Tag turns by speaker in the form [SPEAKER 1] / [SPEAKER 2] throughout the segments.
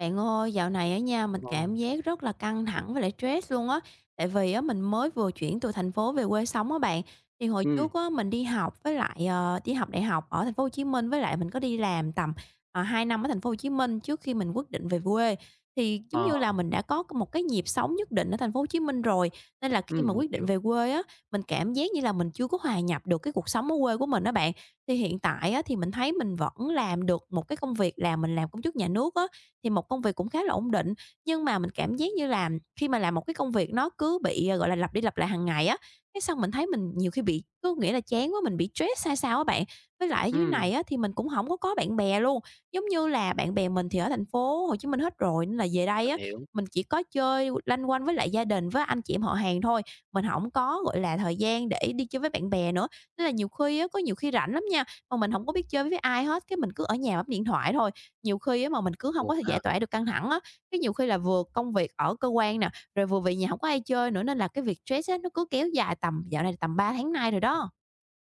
[SPEAKER 1] Bạn ơi, dạo này ở nhà mình
[SPEAKER 2] Ồ.
[SPEAKER 1] cảm giác rất là căng thẳng với lại stress luôn á. Tại vì á mình mới vừa chuyển từ thành phố về quê sống á bạn. Thì hồi
[SPEAKER 2] Ừm.
[SPEAKER 1] trước á mình đi học với lại, đi học đại học ở thành phố Hồ Chí Minh với lại mình có đi làm tầm, 2 năm ở thành phố Hồ Chí Minh trước khi mình quyết định về quê. Thì giống
[SPEAKER 2] Ờ.
[SPEAKER 1] như là mình đã có một cái nhịp sống nhất định ở thành phố Hồ Chí Minh rồi, nên là khi mà
[SPEAKER 2] Ừm, mình
[SPEAKER 1] quyết định
[SPEAKER 2] hiểu.
[SPEAKER 1] về quê á, mình cảm giác như là mình chưa có hòa nhập được cái cuộc sống ở quê của mình đó bạn. Thì hiện tại á thì mình thấy mình vẫn làm được một cái công việc là mình làm công chức nhà nước á, thì một công việc cũng khá là ổn định. Nhưng mà mình cảm giác như là khi mà làm một cái công việc nó cứ bị, gọi là, lặp đi lặp lại hàng ngày á, cái xong mình thấy mình nhiều khi bị cứ nghĩ là chán quá, mình bị stress hay sao á bạn. Với lại ở dưới
[SPEAKER 2] Ừm,
[SPEAKER 1] này á thì mình cũng không có bạn bè luôn, giống như là bạn bè mình thì ở thành phố Hồ Chí Minh hết rồi nên là về đây
[SPEAKER 2] mình
[SPEAKER 1] á,
[SPEAKER 2] hiểu.
[SPEAKER 1] mình chỉ có chơi lanh quanh với lại gia đình, với anh chị em họ hàng thôi. Mình không có, gọi là, thời gian để đi chơi với bạn bè nữa, nên là nhiều khi á, có nhiều khi rảnh lắm nha, mà mình hổng có biết chơi với ai hết, cái mình cứ ở nhà bấm điện thoại thôi. Nhiều khi á mà mình cứ hông
[SPEAKER 2] Buồn
[SPEAKER 1] có thể
[SPEAKER 2] ha.
[SPEAKER 1] giải tỏa được căng thẳng á, cái nhiều khi là vừa công việc ở cơ quan nè, rồi vừa về nhà hổng có ai chơi nữa nên là cái việc stress á, nó cứ kéo dài tầm dạo này tầm 3 tháng nay rồi đó.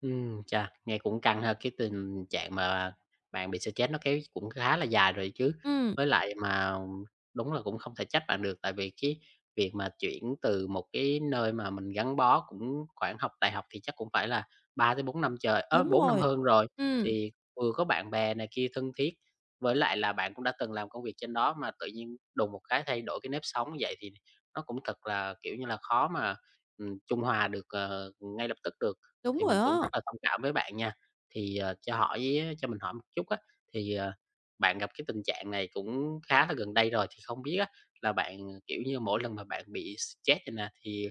[SPEAKER 2] Chà, nghe cũng căng ha, cái tình trạng mà bạn bị stress nó kéo cũng khá là dài rồi chứ.
[SPEAKER 1] Ừm,
[SPEAKER 2] Với lại mà đúng là cũng không thể trách bạn được, tại vì cái việc mà chuyển từ một cái nơi mà mình gắn bó cũng khoảng học đại học thì chắc cũng phải là 3 tới 4 năm trời ớ,
[SPEAKER 1] đúng
[SPEAKER 2] 4 năm
[SPEAKER 1] rồi,
[SPEAKER 2] hơn rồi,
[SPEAKER 1] ừm,
[SPEAKER 2] thì vừa có bạn bè này kia thân thiết, với lại là bạn cũng đã từng làm công việc trên đó mà tự nhiên đùng một cái thay đổi cái nếp sống vậy thì nó cũng thật là, kiểu như là, khó mà, trung hòa được, ngay lập tức được
[SPEAKER 1] đúng
[SPEAKER 2] thì
[SPEAKER 1] rồi
[SPEAKER 2] mình cũng
[SPEAKER 1] á.
[SPEAKER 2] rất là thông cảm với bạn nha. Thì, cho mình hỏi một chút á, thì, bạn gặp cái tình trạng này cũng khá là gần đây rồi, thì không biết á là bạn, kiểu như, mỗi lần mà bạn bị stress vậy nè, thì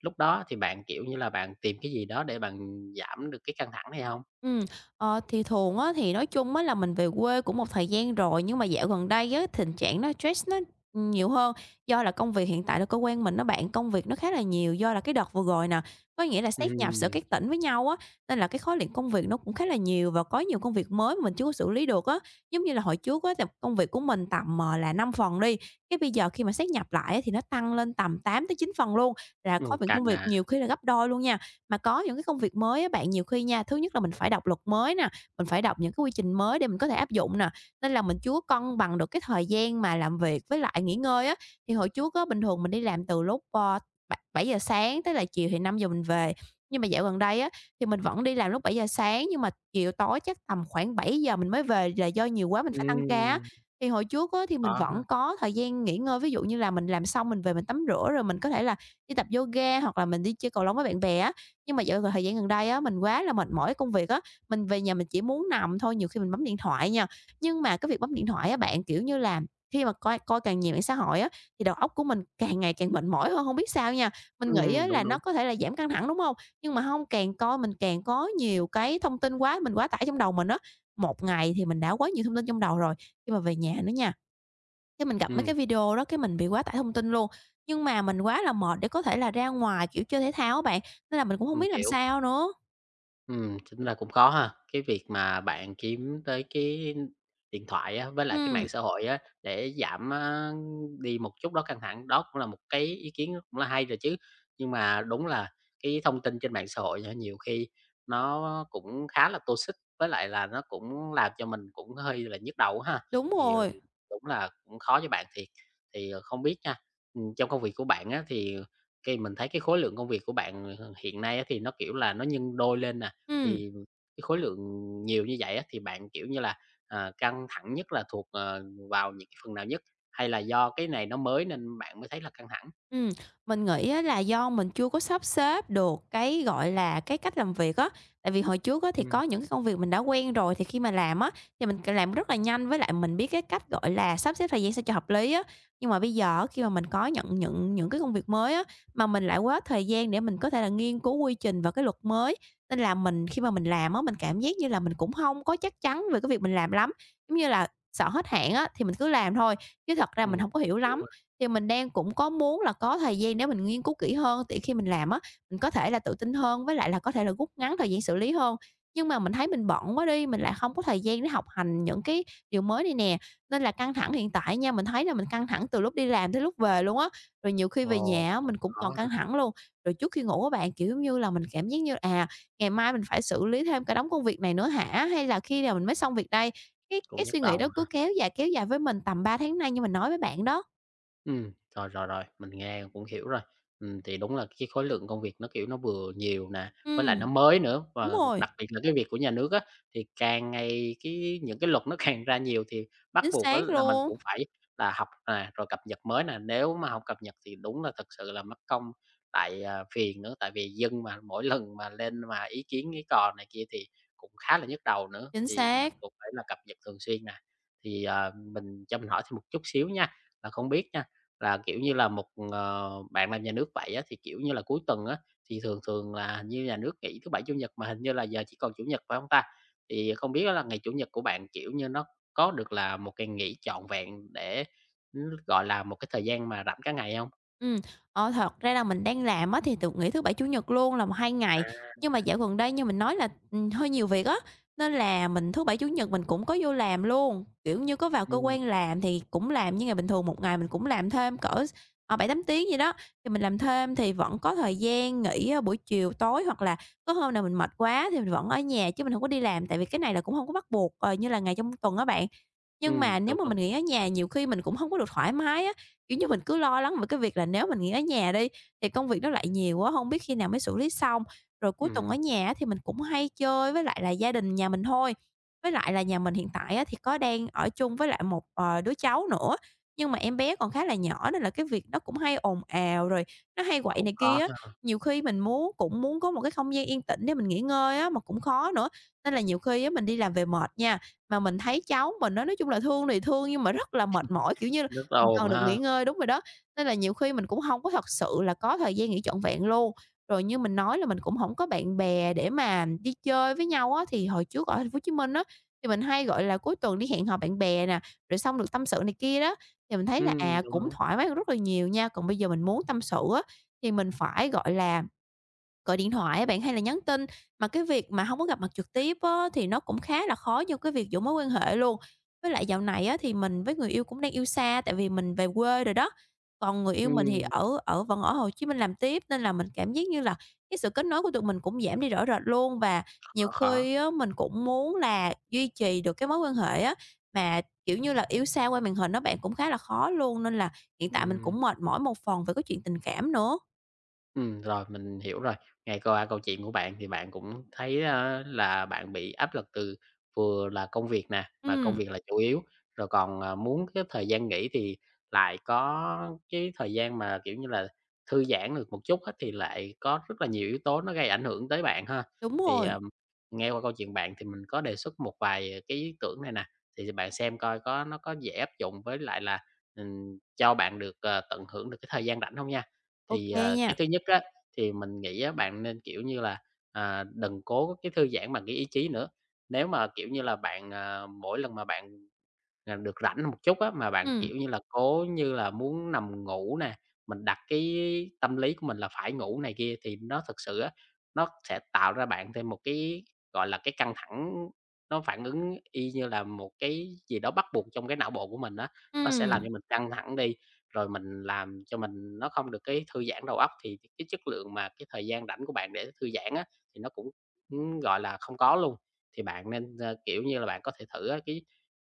[SPEAKER 2] lúc đó thì bạn, kiểu như là, bạn tìm cái gì đó để bạn giảm được cái căng thẳng này không?
[SPEAKER 1] Ừ, thì thường á, thì nói chung á là mình về quê cũng một thời gian rồi, nhưng mà dạo gần đây á, tình trạng nó stress nó, nhiều hơn. Do là công việc hiện tại là cơ quan mình á bạn, công việc nó khá là nhiều do là cái đợt vừa rồi nè, có nghĩa là sáp nhập giữa
[SPEAKER 2] Ừm.
[SPEAKER 1] các tỉnh với nhau á, nên là cái khối lượng công việc nó cũng khá là nhiều và có nhiều công việc mới mà mình chưa có xử lý được á. Giống như là hồi trước á, thì công việc của mình tầm, là 5 phần đi, cái bây giờ khi mà sáp nhập lại á, thì nó tăng lên tầm 8 tới 9 phần luôn, là khối
[SPEAKER 2] Ừm,
[SPEAKER 1] lượng công
[SPEAKER 2] căng
[SPEAKER 1] việc
[SPEAKER 2] à.
[SPEAKER 1] nhiều khi là gấp đôi luôn nha. Mà có những cái công việc mới á bạn, nhiều khi nha, thứ nhất là mình phải đọc luật mới nè, mình phải đọc những cái quy trình mới để mình có thể áp dụng nè, nên là mình chưa có cân bằng được cái thời gian mà làm việc với lại nghỉ ngơi á. Thì hồi trước á, bình thường mình đi làm từ lúc, bảy bảy giờ sáng tới là chiều thì 5 giờ mình về, nhưng mà dạo gần đây á, thì mình vẫn đi làm lúc 7 giờ sáng nhưng mà chiều tối chắc tầm khoảng 7 giờ mình mới về là do nhiều quá mình phải tăng ca á.
[SPEAKER 2] Ừm,
[SPEAKER 1] Thì hồi trước á, thì
[SPEAKER 2] khó
[SPEAKER 1] mình
[SPEAKER 2] ha.
[SPEAKER 1] vẫn có thời gian nghỉ ngơi, ví dụ như là mình làm xong mình về mình tắm rửa rồi mình có thể là đi tập yoga hoặc là mình đi chơi cầu lông với bạn bè á. Nhưng mà dạo thời gian gần đây á, mình quá là mệt mỏi công việc á, mình về nhà mình chỉ muốn nằm thôi, nhiều khi mình bấm điện thoại nha. Nhưng mà cái việc bấm điện thoại á bạn, kiểu như là, khi mà coi coi càng nhiều mạng xã hội á, thì đầu óc của mình càng ngày càng mệt mỏi hơn, không biết sao nha. Mình nghĩ á
[SPEAKER 2] Ừm, đúng,
[SPEAKER 1] là
[SPEAKER 2] đúng.
[SPEAKER 1] nó có thể là giảm căng thẳng, đúng không? Nhưng mà không, càng coi mình càng có nhiều cái thông tin quá, mình quá tải trong đầu mình á. Một ngày thì mình đã quá nhiều thông tin trong đầu rồi, khi mà về nhà nữa nha cái mình gặp mấy
[SPEAKER 2] Ừm,
[SPEAKER 1] cái video đó cái mình bị quá tải thông tin luôn, nhưng mà mình quá là mệt để có thể là ra ngoài, kiểu, chơi thể thao á bạn, nên là mình cũng hông
[SPEAKER 2] mình
[SPEAKER 1] biết làm
[SPEAKER 2] hiểu.
[SPEAKER 1] sao nữa.
[SPEAKER 2] Ừ, chính ra cũng có ha. Cái việc mà bạn kiếm tới cái điện thoại á, với lại cái mạng
[SPEAKER 1] Ừm,
[SPEAKER 2] xã hội á, để giảm, đi một chút đó căng thẳng, đó cũng là một cái ý kiến cũng là hay rồi chứ. Nhưng mà đúng là cái thông tin trên mạng xã hội á, nhiều khi nó cũng khá là toxic, với lại là nó cũng làm cho mình cũng hơi là nhức đầu ha.
[SPEAKER 1] đúng
[SPEAKER 2] Thì,
[SPEAKER 1] rồi,
[SPEAKER 2] đúng là cũng khó cho bạn thiệt. Thì, không biết nha, trong công việc của bạn á, thì khi mình thấy cái khối lượng công việc của bạn, hiện nay á, thì nó, kiểu là, nó nhân đôi lên nè,
[SPEAKER 1] ừm.
[SPEAKER 2] thì cái khối lượng nhiều như vậy á, thì bạn, kiểu như là, căng thẳng nhất là thuộc, vào những cái phần nào nhất? Hay là do cái này nó mới nên bạn mới thấy là căng thẳng?
[SPEAKER 1] Ừm, mình nghĩ á là do mình chưa có sắp xếp được cái, gọi là, cái cách làm việc á. Tại vì hồi trước á thì
[SPEAKER 2] Ừm.
[SPEAKER 1] có những cái công việc mình đã quen rồi, thì khi mà làm á thì mình c làm rất là nhanh, với lại mình biết cái cách, gọi là, sắp xếp thời gian sao cho hợp lý á. Nhưng mà bây giờ á, khi mà mình có nhận những cái công việc mới á, mà mình lại quá ít thời gian để mình có thể là nghiên cứu quy trình và cái luật mới, nên là mình khi mà mình làm á, mình cảm giác như là mình cũng không có chắc chắn về cái việc mình làm lắm. Giống như là sợ hết hạn á thì mình cứ làm thôi, chứ thật ra mình không có
[SPEAKER 2] Cũng
[SPEAKER 1] hiểu
[SPEAKER 2] hiểu
[SPEAKER 1] lắm.
[SPEAKER 2] rồi.
[SPEAKER 1] Thì mình đang cũng có muốn là có thời gian để mình nghiên cứu kỹ hơn để khi mình làm á, mình có thể là tự tin hơn, với lại là có thể là rút ngắn thời gian xử lý hơn. Nhưng mà mình thấy mình bận quá đi, mình lại không có thời gian để học hành những cái điều mới này nè, nên là căng thẳng hiện tại nha, mình thấy là mình căng thẳng từ lúc đi làm tới lúc về luôn á. Rồi nhiều khi về
[SPEAKER 2] Ồ.
[SPEAKER 1] nhà á,
[SPEAKER 2] Cũng
[SPEAKER 1] mình cũng
[SPEAKER 2] khó
[SPEAKER 1] còn
[SPEAKER 2] ha,
[SPEAKER 1] căng thẳng luôn. Rồi trước khi ngủ các bạn, kiểu, như là, mình cảm giác như, à, ngày mai mình phải xử lý thêm cả đống công việc này nữa hả? Hay là khi nào mình mới xong việc đây?
[SPEAKER 2] cũng
[SPEAKER 1] Cái
[SPEAKER 2] nhức
[SPEAKER 1] suy nghĩ đó
[SPEAKER 2] đầu ha.
[SPEAKER 1] cứ kéo dài với mình tầm 3 tháng nay như mình nói với bạn đó.
[SPEAKER 2] Rồi, rồi, rồi, mình nghe cũng hiểu rồi. Thì đúng là cái khối lượng công việc nó, kiểu, nó vừa nhiều nè, với lại nó
[SPEAKER 1] Ừm.
[SPEAKER 2] mới nữa,
[SPEAKER 1] Đúng
[SPEAKER 2] và
[SPEAKER 1] rồi,
[SPEAKER 2] đặc biệt là cái việc của nhà nước á, thì càng ngày cái những cái luật nó càng ra nhiều thì bắt
[SPEAKER 1] chính
[SPEAKER 2] buộc á
[SPEAKER 1] xác
[SPEAKER 2] là mình
[SPEAKER 1] luôn,
[SPEAKER 2] cũng phải là học nè, rồi cập nhật mới nè. Nếu mà hông cập nhật thì đúng là thật sự là mất công, tại phiền nữa, tại vì dân mà mỗi lần mà lên mà ý kiến ý cò này kia thì cũng khá là nhức đầu nữa,
[SPEAKER 1] chính
[SPEAKER 2] thì mình
[SPEAKER 1] xác.
[SPEAKER 2] cũng phải là cập nhật thường xuyên nè. Thì, cho mình hỏi thêm một chút xíu nha, là không biết nha là, kiểu như là, bạn làm nhà nước vậy á, thì, kiểu như là, cuối tuần á, thì thường thường là như nhà nước nghỉ thứ Bảy, Chủ nhật, mà hình như là giờ chỉ còn Chủ nhật, phải hông ta? Thì không biết là ngày Chủ nhật của bạn, kiểu như, nó có được là một ngày nghỉ trọn vẹn để, gọi là, một cái thời gian mà rảnh cả ngày không?
[SPEAKER 1] Ừ, thật ra là mình đang làm á thì được nghỉ thứ Bảy, Chủ nhật luôn là một 2 ngày,
[SPEAKER 2] À.
[SPEAKER 1] nhưng mà dạo gần đây như mình nói là, hơi nhiều việc á, nên là mình thứ Bảy, Chủ nhật mình cũng có vô làm luôn, kiểu như, có vào cơ
[SPEAKER 2] Ừm,
[SPEAKER 1] quan làm thì cũng làm như ngày bình thường, một ngày mình cũng làm thêm cỡ 7-8 tiếng gì đó, thì mình làm thêm thì vẫn có thời gian nghỉ, buổi chiều tối hoặc là có hôm nào mình mệt quá thì mình vẫn ở nhà chứ mình không có đi làm, tại vì cái này là cũng không có bắt buộc, như là ngày trong tuần á bạn. Nhưng mà
[SPEAKER 2] đúng,
[SPEAKER 1] nếu mà
[SPEAKER 2] đúng.
[SPEAKER 1] mình nghỉ ở nhà nhiều khi mình cũng không có được thoải mái á. Kiểu như, mình cứ lo lắng về cái việc là nếu mình nghỉ ở nhà đi thì công việc nó lại nhiều quá, không biết khi nào mới xử lý xong. Rồi cuối tuần ở
[SPEAKER 2] Ừm,
[SPEAKER 1] nhà á thì mình cũng hay chơi với lại là gia đình nhà mình thôi. Với lại là nhà mình hiện tại á thì có đang ở chung với lại một, đứa cháu nữa, nhưng mà em bé còn khá là nhỏ nên là cái việc nó cũng hay ồn ào, rồi nó hay quậy
[SPEAKER 2] cũng
[SPEAKER 1] này kia
[SPEAKER 2] khó
[SPEAKER 1] á.
[SPEAKER 2] ha.
[SPEAKER 1] Nhiều khi mình muốn cũng muốn có một cái không gian yên tĩnh để mình nghỉ ngơi á, mà cũng khó nữa, nên là nhiều khi á mình đi làm về mệt nha, mà mình thấy cháu mình nó nói chung là thương thì thương nhưng mà rất là mệt mỏi, kiểu như là,
[SPEAKER 2] Rất là
[SPEAKER 1] mình
[SPEAKER 2] ồn
[SPEAKER 1] cần được
[SPEAKER 2] ha.
[SPEAKER 1] nghỉ ngơi, đúng rồi đó. Nên là nhiều khi mình cũng hông có thật sự là có thời gian nghỉ trọn vẹn luôn. Rồi như mình nói là mình cũng hổng có bạn bè để mà đi chơi với nhau á, thì hồi trước ở Thành phố Hồ Chí Minh á, thì mình hay, gọi là, cuối tuần đi hẹn hò bạn bè nè, rồi xong được tâm sự này kia đó, thì mình thấy là,
[SPEAKER 2] Đúng,
[SPEAKER 1] à, cũng
[SPEAKER 2] đúng.
[SPEAKER 1] thoải mái hơn rất là nhiều nha. Còn bây giờ mình muốn tâm sự á, thì mình phải, gọi là gọi điện thoại á bạn, hay là nhắn tin. Mà cái việc mà hông có gặp mặt trực tiếp á, thì nó cũng khá là khó trong cái việc giữ mối quan hệ luôn. Với lại dạo này á, thì mình với người yêu cũng đang yêu xa, tại vì mình về quê rồi đó. Còn người yêu mình thì
[SPEAKER 2] Ừm,
[SPEAKER 1] ở ở vẫn ở Hồ Chí Minh làm tiếp, nên là mình cảm giác như là cái sự kết nối của tụi mình cũng giảm đi rõ rệt luôn. Và nhiều
[SPEAKER 2] khó, khó.
[SPEAKER 1] khi á, mình cũng muốn là duy trì được cái mối quan hệ á, mà, kiểu như là, yêu xa qua màn hình á bạn, cũng khá là khó luôn, nên là hiện tại mình
[SPEAKER 2] Ừm.
[SPEAKER 1] cũng mệt mỏi một phần về cái chuyện tình cảm nữa.
[SPEAKER 2] Rồi, mình hiểu rồi. Nghe qua câu chuyện của bạn thì bạn cũng thấy, là bạn bị áp lực từ vừa là công việc nè, mà công
[SPEAKER 1] Ừm,
[SPEAKER 2] việc là chủ yếu, rồi còn, muốn cái thời gian nghỉ thì lại có cái thời gian mà, kiểu như là, thư giãn được một chút á, thì lại có rất là nhiều yếu tố nó gây ảnh hưởng tới bạn ha.
[SPEAKER 1] đúng
[SPEAKER 2] Thì,
[SPEAKER 1] rồi.
[SPEAKER 2] nghe qua câu chuyện bạn thì mình có đề xuất một vài cái ý tưởng này nè, thì bạn xem coi có nó có dễ áp dụng với lại là, cho bạn được, tận hưởng được cái thời gian rảnh không nha.
[SPEAKER 1] OK
[SPEAKER 2] Thì,
[SPEAKER 1] nha.
[SPEAKER 2] cái thứ nhất á, thì mình nghĩ á, bạn nên, kiểu như là, đừng cố cái thư giãn bằng cái ý chí nữa. Nếu mà, kiểu như là, bạn, mỗi lần mà bạn được rảnh một chút á, mà bạn,
[SPEAKER 1] Ừm,
[SPEAKER 2] kiểu như là, cố như là muốn nằm ngủ nè, mình đặt cái tâm lý của mình là phải ngủ này kia thì nó thực sự á, nó sẽ tạo ra bạn thêm một cái, gọi là, cái căng thẳng, nó phản ứng y như là một cái gì đó bắt buộc trong cái não bộ của mình á, nó sẽ làm cho
[SPEAKER 1] ừm,
[SPEAKER 2] mình căng thẳng đi, rồi mình làm cho mình nó không được cái thư giãn đầu óc thì cái chất lượng mà cái thời gian rảnh của bạn để thư giãn á, thì nó cũng, gọi là, không có luôn. Thì bạn nên, kiểu như là, bạn có thể thử á cái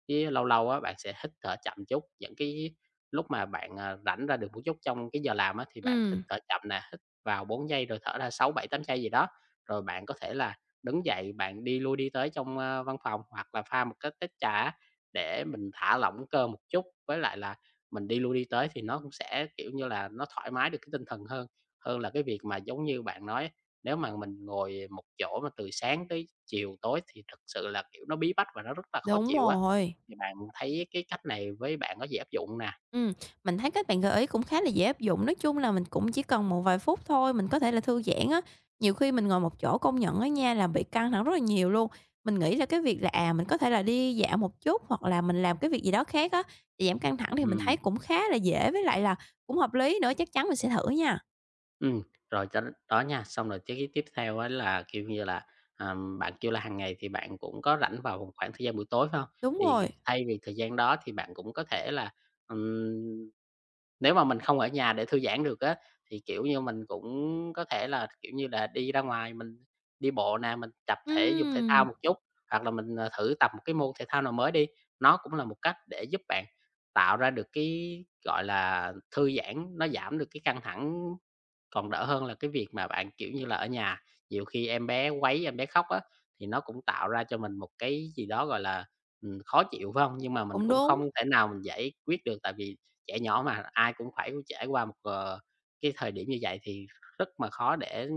[SPEAKER 2] Chứ lâu lâu á, bạn sẽ hít thở chậm chút, những cái lúc mà bạn, rảnh ra được một chút trong cái giờ làm á, thì bạn hít
[SPEAKER 1] ừm,
[SPEAKER 2] thở chậm nè, hít vào 4 giây rồi thở ra 6 7 8 giây gì đó. Rồi bạn có thể là đứng dậy, bạn đi lui đi tới trong, văn phòng hoặc là pha một cái tách trà á, để mình thả lỏng cơ một chút. Với lại là mình đi lui đi tới thì nó cũng sẽ, kiểu như là, nó thoải mái được cái tinh thần hơn, hơn là cái việc mà giống như bạn nói nếu mà mình ngồi một chỗ mà từ sáng tới chiều tối thì thực sự là, kiểu, nó bí bách và nó rất là khó
[SPEAKER 1] đúng
[SPEAKER 2] chịu á.
[SPEAKER 1] rồi.
[SPEAKER 2] Thì bạn thấy cái cách này với bạn có dễ áp dụng nè.
[SPEAKER 1] Ừm, mình thấy các bạn gợi ý cũng khá là dễ áp dụng, nói chung là mình cũng chỉ cần một vài phút thôi, mình có thể là thư giãn á. Nhiều khi mình ngồi một chỗ công nhận á nha là bị căng thẳng rất là nhiều luôn. Mình nghĩ là cái việc là, à, mình có thể là đi dạo một chút hoặc là mình làm cái việc gì đó khác á, để giảm căng thẳng thì mình
[SPEAKER 2] Ừm,
[SPEAKER 1] thấy cũng khá là dễ với lại là cũng hợp lý nữa, chắc chắn mình sẽ thử nha.
[SPEAKER 2] ừm, rồi cho đó nha, xong rồi cái tiếp theo ấy là, kiểu như là, bạn kêu là hàng ngày thì bạn cũng có rảnh vào một khoảng thời gian buổi tối phải hông?
[SPEAKER 1] Đúng
[SPEAKER 2] Thì
[SPEAKER 1] rồi,
[SPEAKER 2] thay vì thời gian đó thì bạn cũng có thể là, nếu mà mình không ở nhà để thư giãn được á, thì, kiểu như, mình cũng có thể là, kiểu như là, đi ra ngoài mình đi bộ nè, mình tập thể dục thể thao
[SPEAKER 1] ừm,
[SPEAKER 2] một chút, hoặc là mình, thử tập một cái môn thể thao nào mới đi. Nó cũng là một cách để giúp bạn tạo ra được cái, gọi là, thư giãn, nó giảm được cái căng thẳng còn đỡ hơn là cái việc mà bạn, kiểu như là, ở nhà, nhiều khi em bé quấy, em bé khóc á, thì nó cũng tạo ra cho mình một cái gì đó, gọi là, khó chịu, phải không? Nhưng mà mình
[SPEAKER 1] cũng
[SPEAKER 2] cũng
[SPEAKER 1] đúng,
[SPEAKER 2] không thể nào mình giải quyết được, tại vì trẻ nhỏ mà, ai cũng phải trải qua một, cái thời điểm như vậy thì rất mà khó để,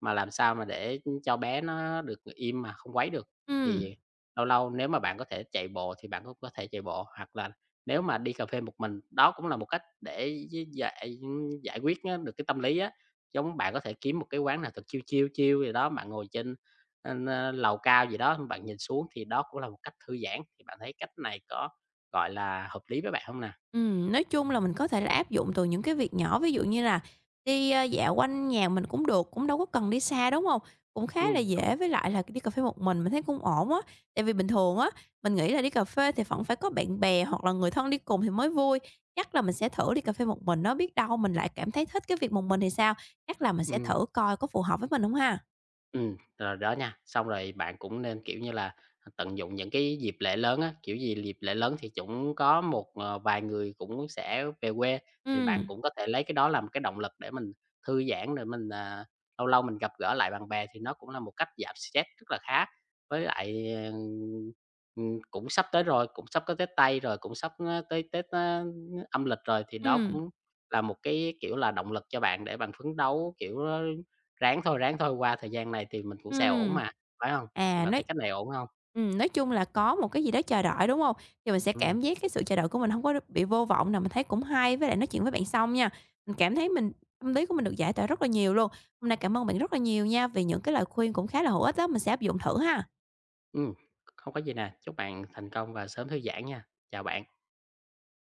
[SPEAKER 2] mà làm sao mà để cho bé nó được im mà không quấy được.
[SPEAKER 1] ừm.
[SPEAKER 2] Thì lâu lâu nếu mà bạn có thể chạy bộ thì bạn cũng có thể chạy bộ, hoặc là nếu mà đi cà phê một mình, đó cũng là một cách để gi giải giải quyết á được cái tâm lý á. Giống bạn có thể kiếm một cái quán nào thật chiêu chiêu chiêu gì đó, bạn ngồi trên, ơ, ơ, lầu cao gì đó, bạn nhìn xuống thì đó cũng là một cách thư giãn. Thì bạn thấy cách này có, gọi là, hợp lý với bạn không nè?
[SPEAKER 1] Nói chung là mình có thể là áp dụng từ những cái việc nhỏ, ví dụ như là đi, dạo quanh nhà mình cũng được, cũng đâu có cần đi xa, đúng không? Cũng khá là
[SPEAKER 2] Đúng.
[SPEAKER 1] dễ, với lại là đi cà phê một mình thấy cũng ổn á. Tại vì bình thường á, mình nghĩ là đi cà phê thì vẫn phải có bạn bè hoặc là người thân đi cùng thì mới vui. Chắc là mình sẽ thử đi cà phê một mình nó biết đâu mình lại cảm thấy thích cái việc một mình thì sao? Chắc là mình sẽ
[SPEAKER 2] Ừm.
[SPEAKER 1] thử coi có phù hợp với mình không ha?
[SPEAKER 2] Rồi đó nha. Xong rồi bạn cũng nên, kiểu như là, tận dụng những cái dịp lễ lớn á, kiểu gì dịp lễ lớn thì cũng có vài người cũng sẽ về quê, thì bạn
[SPEAKER 1] Ừm,
[SPEAKER 2] cũng có thể lấy cái đó làm cái động lực để mình thư giãn, rồi mình, lâu lâu mình gặp gỡ lại bạn bè thì nó cũng là một cách giảm stress rất là khá. Với lại, cũng sắp tới rồi, cũng sắp có Tết Tây rồi, cũng sắp, tới Tết, âm lịch rồi thì đó
[SPEAKER 1] ừm,
[SPEAKER 2] cũng là một cái, kiểu là, động lực cho bạn để bạn phấn đấu, kiểu, ráng thôi, ráng thôi, qua thời gian này thì mình cũng sẽ ổn
[SPEAKER 1] ừm.
[SPEAKER 2] mà, phải hông? Thì
[SPEAKER 1] À,
[SPEAKER 2] bạn thấy
[SPEAKER 1] nói
[SPEAKER 2] cách này ổn hông?
[SPEAKER 1] ừm, nói chung là có một cái gì đó chờ đợi, đúng hông? Thì mình sẽ
[SPEAKER 2] Ừm,
[SPEAKER 1] cảm giác cái sự chờ đợi của mình hông có được bị vô vọng nè, mình thấy cũng hay, với lại nói chuyện với bạn xong nha, mình cảm thấy mình tâm lý của mình được giải tỏa rất là nhiều luôn. Hôm nay cảm ơn bạn rất là nhiều nha, vì những cái lời khuyên cũng khá là hữu ích á, mình sẽ áp dụng thử ha.
[SPEAKER 2] ừm, không có gì nè, chúc bạn thành công và sớm thư giãn nha. Chào bạn.